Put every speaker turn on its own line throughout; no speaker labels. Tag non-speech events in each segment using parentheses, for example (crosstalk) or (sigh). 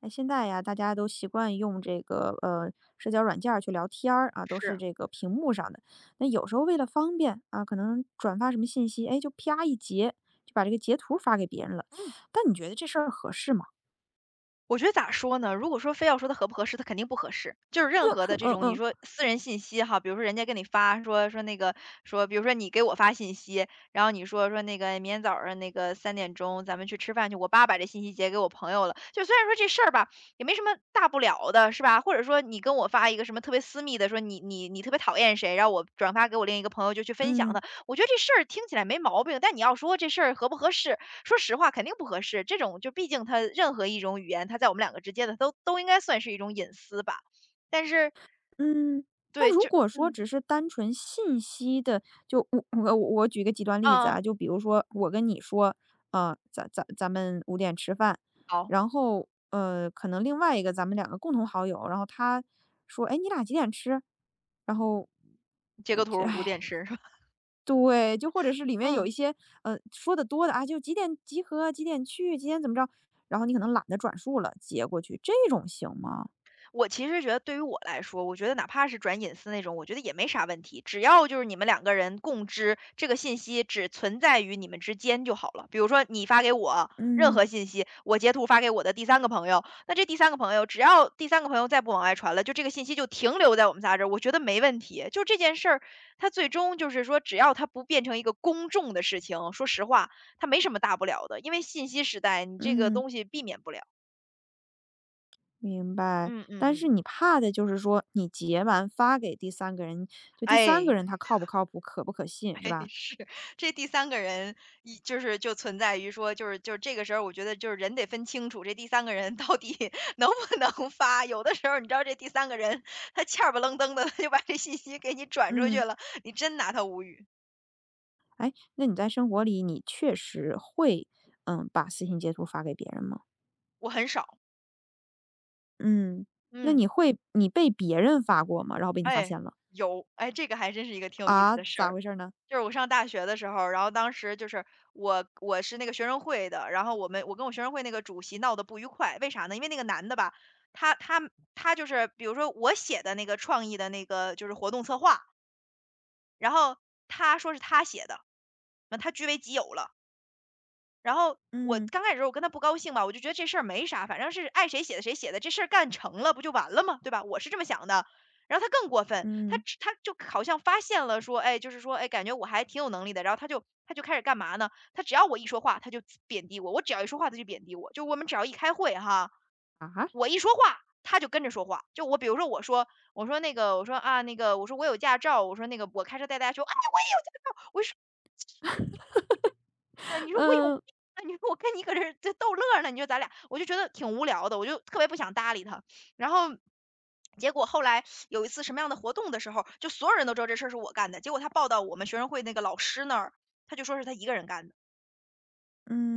哎，现在呀，大家都习惯用这个社交软件儿去聊天儿啊，都是
是，
这个屏幕上的。那有时候为了方便啊，可能转发什么信息，哎，就啪一截，就把这个截图发给别人了。
嗯，
但你觉得这事儿合适吗？
我觉得咋说呢？如果说非要说它合不合适，它肯定不合适。就是任何
(laughs)
的
嗯
这
嗯
种你
嗯。
说私人信息哈，比如说人家跟你发说说那个，比如说你给我发信息，然后你说说那个明天早上那个3点钟咱们去吃饭去，我爸把这信息截给我朋友了。就虽然说这事儿吧，也没什么大不了的，是吧？或者说你跟我发一个什么特别私密的，说你特别讨厌谁，然后我转发给我另一个朋友就去分享它，我觉得这事儿听起来没毛病。但你要说这事儿合不合适，说实话肯定不合适，这种就毕竟它任何一种语言，它在我们两个之间的都应该算是一种隐私吧。但是
嗯，
对，
那如
就
果说
嗯，
只是单纯信息的，就我举一个极端例子
啊，
啊，就比如说我跟你说，咱们五点吃饭，
好，
然后可能另外一个咱们两个共同好友，然后他说，哎，你俩几点吃？然后，
截个图儿捂点
哎，
吃是吧？
对，就或者是里面有
嗯。
一些说的多的啊，就几点集合，几点去，几点怎么着，然后你可能懒得转述了，接过去，这种行吗？
我其实觉得对于我来说，我觉得哪怕是转隐私那种，我觉得也没啥问题，只要就是你们两个人共知这个信息只存在于你们之间就好了。比如说你发给我任
嗯
何信息，我截图发给我的第三个朋友，那这第三个朋友只要第三个朋友再不往外传了，就这个信息就停留在我们仨这儿，我觉得没问题。就这件事儿，它最终就是说，只要它不变成一个公众的事情，说实话，它没什么大不了的，因为信息时代，你这个
嗯。
东西避免不了。
明白，
嗯嗯
但是
嗯，
你怕的就是说你截完发给第三个人，就第三个
哎。
人他靠不靠谱、可不可
哎，
信，是
(laughs)
吧？
是，这第三个人一就是就存在于说，就是这个时候，我觉得就是人得分清楚，这第三个人到底 (laughs) 能不能发。有的时候，你知道这第三个人他欠儿不愣登的，他就把这信息给你转出去
嗯，
了，你真拿他无语。
哎，那你在生活里你确实会，嗯，把私信截图发给别人吗？
我很少，
嗯，那
嗯，
你会你被别人发过吗？然后被你发
哎，
现了
有，哎，这个还真是一个挺有意思
啊？
的事
咋
儿。
回事儿呢？
就是我上大学的时候然后当时就是我是那个学生会的，然后我跟我学生会那个主席闹得不愉快，为啥呢？因为那个男的吧，他他他就是比如说我写的那个创意的那个就是活动策划，然后他说是他写的，那他据为己有了。然后我
嗯
刚开始我跟他不高兴嘛，我就觉得这事儿没啥，反正是爱谁写的谁写的，这事儿干成了不就完了吗？对吧？我是这么想的。然后他更过分，他
嗯
只他就好像发现了说，哎，就是说，哎，感觉我还挺有能力的。然后他就开始干嘛呢？他只要我一说话，他就贬低我；我只要一说话，他就贬低我。就我们只要一开会哈，
啊
我一说话，他就跟着说话。就我比如说我说我说那个我说啊那个我说我有驾照，我说那个我开车带大家去，哎，我也有驾照，我说
(laughs)
的，你说我有
嗯
病啊，你说我跟你搁这儿这逗乐儿呢，你说咱俩，我就觉得挺无聊的，我就特别不想搭理他。然后结果后来有一次什么样的活动的时候，就所有人都知道这事儿是我干的，结果他报到我们学生会那个老师那儿，他就说是他一个人干的。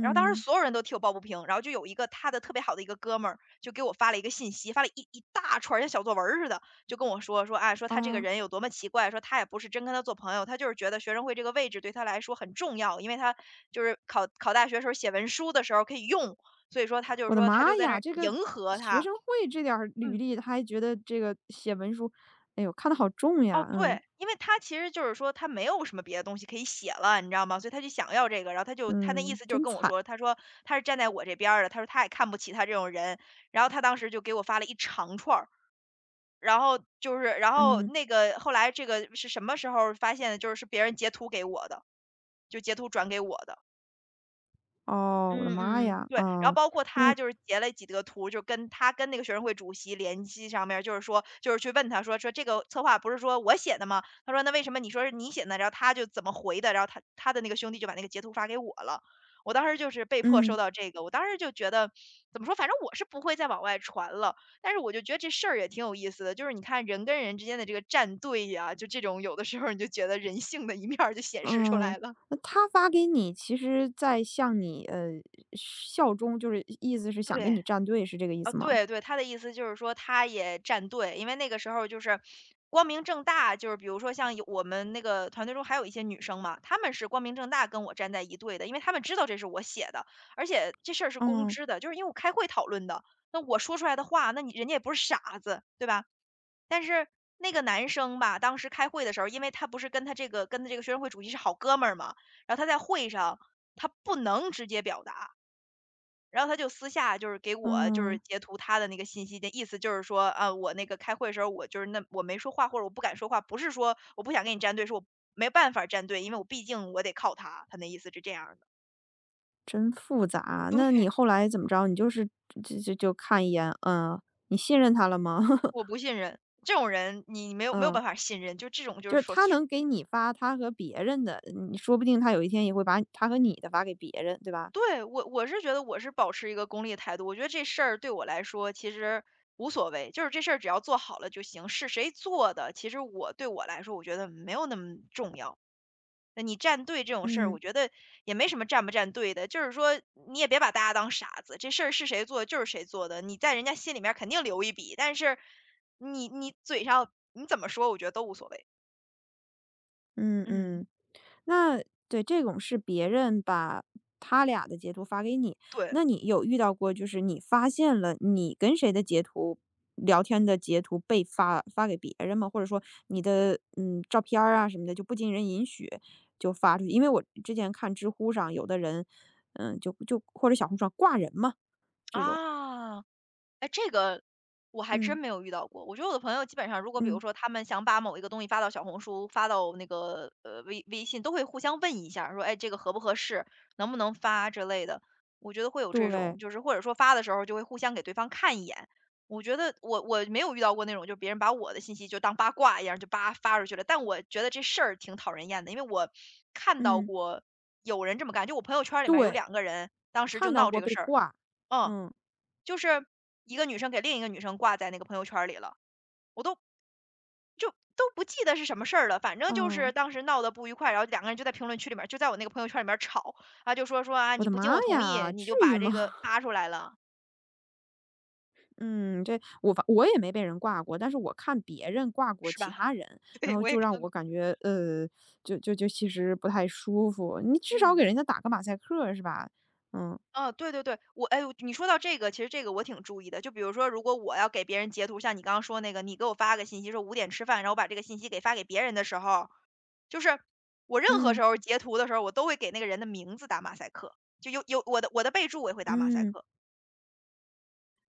然后当时所有人都替我抱不平，然后就有一个他的特别好的一个哥们儿，就给我发了一个信息，发了一大串儿像小作文儿似的，就跟我说说，哎，说他这个
啊！
人有多么奇怪，说他也不是真跟他做朋友，他就是觉得学生会这个位置对他来说很重要，因为他就是考大学时候写文书的时候可以用，所以说他就是
我的
说他就
妈
在那
呀，
儿
这个
迎合
学
他，
生会这点儿履
嗯。
历，他还觉得这个写文书，哎呦，看得好重
哦，
呀，嗯。
对，因为他其实就是说他没有什么别的东西可以写了，你知道吗？所以他就想要这个，然后他就他那意
嗯，
思就是
真
跟我
惨。
说，他说他是站在我这边儿的，他说他也看不起他这种人，然后他当时就给我发了一长串儿，然后就是然后
嗯，
那个后来这个是什么时候发现的？就是别人截图给我的，就截图转给我的。
哦，我的
嗯
妈
嗯，
呀，
对，然后
啊，
包括他
那
就是截了几个图，就跟那个学生会主席联系上面儿就是去问他说说这个策划不是说我写的吗？他说那为什么你说是你写的呢？然后他就怎么回的，然后他他的那个兄弟就把那个截图发给我了。我当时就是被迫收
嗯，
到这个，我当时就觉得怎么说，反正我是不会再往外传了。但是我就觉得这事儿也挺有意思的，就是你看人跟人之间的这个站队呀，就这种有的时候你就觉得人性的一面儿就显示出来
嗯，
了。
那他发给你，其实在向你，效忠，就是意思是想跟
对。
你站队，是这个意
啊，
思吗？
对对，他的意思就是说他也站队，因为那个时候就是光明正大，就是比如说像有我们那个团队中还有一些女生嘛，她们是光明正大跟我站在一队的，因为她们知道这是我写的，而且这事儿是公
嗯，
知的，就是因为我开会讨论的，那我说出来的话，那你人家也不是傻子，对吧？但是那个男生吧，当时开会的时候，因为他不是跟他这个跟他这个学生会主席是好哥们儿嘛，然后他在会上他不能直接表达，然后他就私下就是给我就是
嗯，
截图他的那个信息的意思，就是说啊，我那个开会的时候，我就是那我没说话或者我不敢说话，不是说我不想跟你站队，是我没办法站队，因为我毕竟我得靠他。他那意思是这样儿的，
真复
(laughs)
杂。那
对，
你后来怎么着？你就是就看一眼，嗯，你信任他了吗？
我
(laughs)
不信任这种人，你没有
嗯，
办法信任，就这种就是
就是
说，
他
(tsk)
能给你发他和别人的，你说不定他有一天也会把他和你的发给别人，对吧？
对我是觉得我是保持一个功利的态度，我觉得这事儿对我来说其实。无所谓，就是这事儿只要做好了就行。是谁做的，其实对我来说，我觉得没有那么重要。那你站队这种事儿，我
嗯，
觉得也没什么站不站队的，就是说你也别把大家当傻子，这事儿是谁做的就是谁做的，你在人家心里面肯定留一笔，但是你嘴上你怎么说，我觉得都无所谓。
嗯
嗯。
嗯。那对，这种是别人把他俩的截图发给你，
对，
那你有遇到过就是你发现了你跟谁的截图聊天的截图被发给别人吗？或者说你的，嗯，照片儿啊什么的，就不经人允许就发出去？因为我之前看知乎上有的人，嗯，就或者小红书上挂人嘛，这种。
啊。哎，这个我还真
嗯，
没有遇到过。我觉得我的朋友基本上，如果比如
嗯，
说他们想把某一个东西发到小红书、发到那个微信，都会互相问一下儿说哎这个合不合适，能不能发之类的。我觉得会有这
对，
种，就是或者说发的时候就会互相给对方看一眼。我觉得我没有遇到过那种，就别人把我的信息就当八卦一样就叭发出去了。但我觉得这事儿挺讨人厌的，因为我看到
嗯，
过有人这么干，就我朋友圈里面有
对，
两个人当时就
看到
闹这
过
个
被
事儿，
挂。
嗯。
嗯，
就是一个女生给另一个女生挂在那个朋友圈儿里了，我都就都不记得是什么事儿了，反正就是
啊
当时闹得不愉快，然后两个人就在评论区里面儿就在我那个朋友圈里面儿吵，啊，就说啊，
我
你
的
不经
妈
我同意，
呀，
你
至
就把
于
这个
吗？
发出来了，
嗯，这我也没被人挂过，但是我看别人挂过
是
其
吧？
他人，
(laughs)
然
对，
后
我也
就让
看
我
过。
感觉，就就就其实不太舒服。你至少
嗯，
给人家打个马赛克是吧？嗯
啊，对对对，哎，你说到这个，其实这个我挺注意的。就比如说，如果我要给别人截图，像你刚刚说那个，你给我发个信息说5点吃饭，然后我把这个信息给发给别人的时候，就是我任何
嗯
时候截图的时候，我都会给那个人的名字打马赛克，就有我的备注我也会打马赛
嗯，
克。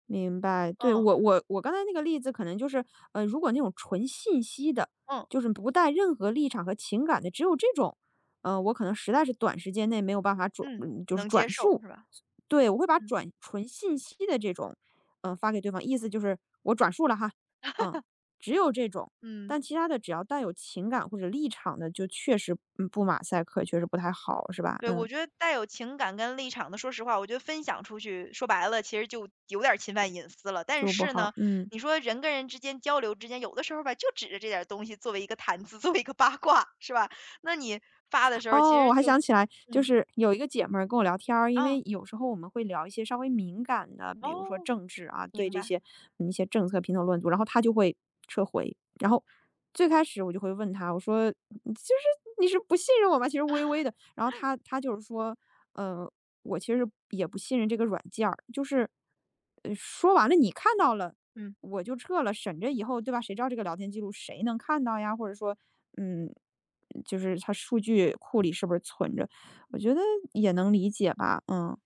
明白。对
嗯
我刚才那个例子可能就是，呃，如果那种纯信息的，
嗯
就是不带任何立场和情感的，只有这种，我可能实在是短时间内没有办法转，
嗯，
嗯就是
能接
转
受
述。
是吧？
对，我会把
嗯
转纯信息的这种，嗯，发给对方，意思就是我转述了哈，嗯，只有这种，
嗯，
但其他的只要带有情感或者立场的，就确实，嗯，不马赛克，确实不太好，是吧？
对，
嗯，
我觉得带有情感跟立场的，说实话，我觉得分享出去，说白了其实就有点儿侵犯隐私了。但
就不
是
好，
呢，
嗯。
你说人跟人之间交流之间，有的时候吧，就指着这点儿东西作为一个谈资，(laughs) 作为一个八卦，是吧？那你发的时候其
哦，
实
我还
就是，
想起来，就
嗯
是有一个姐们儿跟我聊天儿，因
啊
为有时候我们会聊一些稍微敏感的，比如说
哦，
政治啊，对
明
这
白，
些嗯一些政策评头论足，然后她就会撤回。然后最开始我就会问她，我说嗯就是你是不信任我吗？其实微微的，然后她就是说，呃，我其实也不信任这个软件儿，就是说完了你看到了。
嗯。
我就撤了，省着以后，对吧？谁知道这个聊天记录谁能看到呀？或者说，嗯，就是它数据库里是不是存着，我觉得也能理解吧，嗯。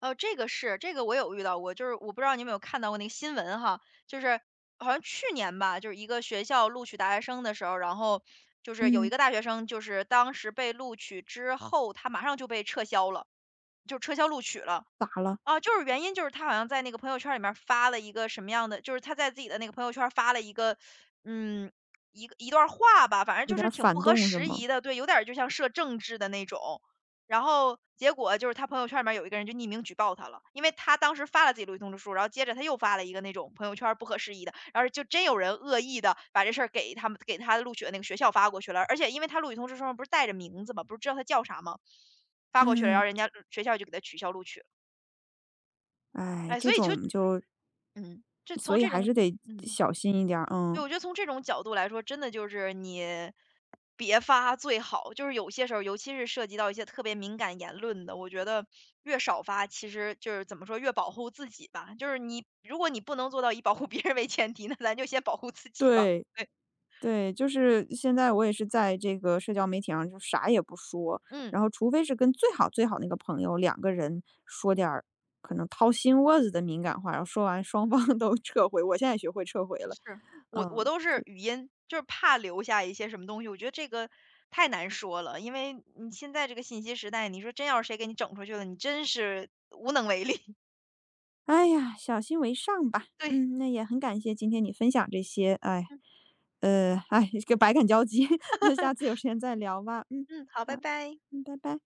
哦，这个是，这个我有遇到过，就是我不知道你有没有看到过那个新闻哈，就是好像去年吧，就是一个学校录取大学生的时候，然后就是有一
嗯，
个大学生，就是当时被录取之后，他马上就被撤销了，就撤销录取了。
咋了？
哦，就是原因就是他好像在那个朋友圈里面儿发了一个什么样的，就是他在自己的那个朋友圈儿发了一个，嗯，一段儿话吧，反正
有
就
点
是
儿
挺不
反
合
动是
时
吗？
宜的，对，有点儿就像涉政治的那种。然后结果就是他朋友圈里面儿有一个人就匿名举报他了，因为他当时发了自己录取通知书，然后接着他又发了一个那种朋友圈儿不合时宜的，然后就真有人恶意的把这事儿给他们给他录取的那个学校发过去了，而且因为他录取通知书上不是带着名字嘛，不是知道他叫啥吗？发过去了，然
嗯，
后人家学校就给他取消录取。
哎，
哎，
这
所以就
种就
嗯，这
所
从
以
这
还
种
是得
嗯，
小心一点儿，
对，
嗯。
我觉得从这种角度来说，真的就是你别发最好。就是有些时候，尤其是涉及到一些特别敏感言论的，我觉得越少发，其实就是怎么说，越保护自己吧。就是你，如果你不能做到以保护别人为前提，那咱就先保护自己吧。
对，
对，
对，就是现在我也是在这个社交媒体上就啥也不说，
嗯，
然后除非是跟最好最好那个朋友两个人说点儿可能掏心窝子的敏感话，然后说完双方 (laughs) 都撤回，我现在也学会撤回了，
是我
嗯。
都是语音，就是怕留下一些什么东西。我觉得这个太难说了，因为你现在这个信息时代，你说真要是谁给你整出去了，你真是无能为力。
哎呀，小心为上吧。
对，
嗯，那也很感谢今天你分享这些，哎，
嗯
哎，这个百感交集。(laughs) 那下次有时间再聊吧。嗯，
嗯，好，
好，
拜拜。
嗯，拜拜。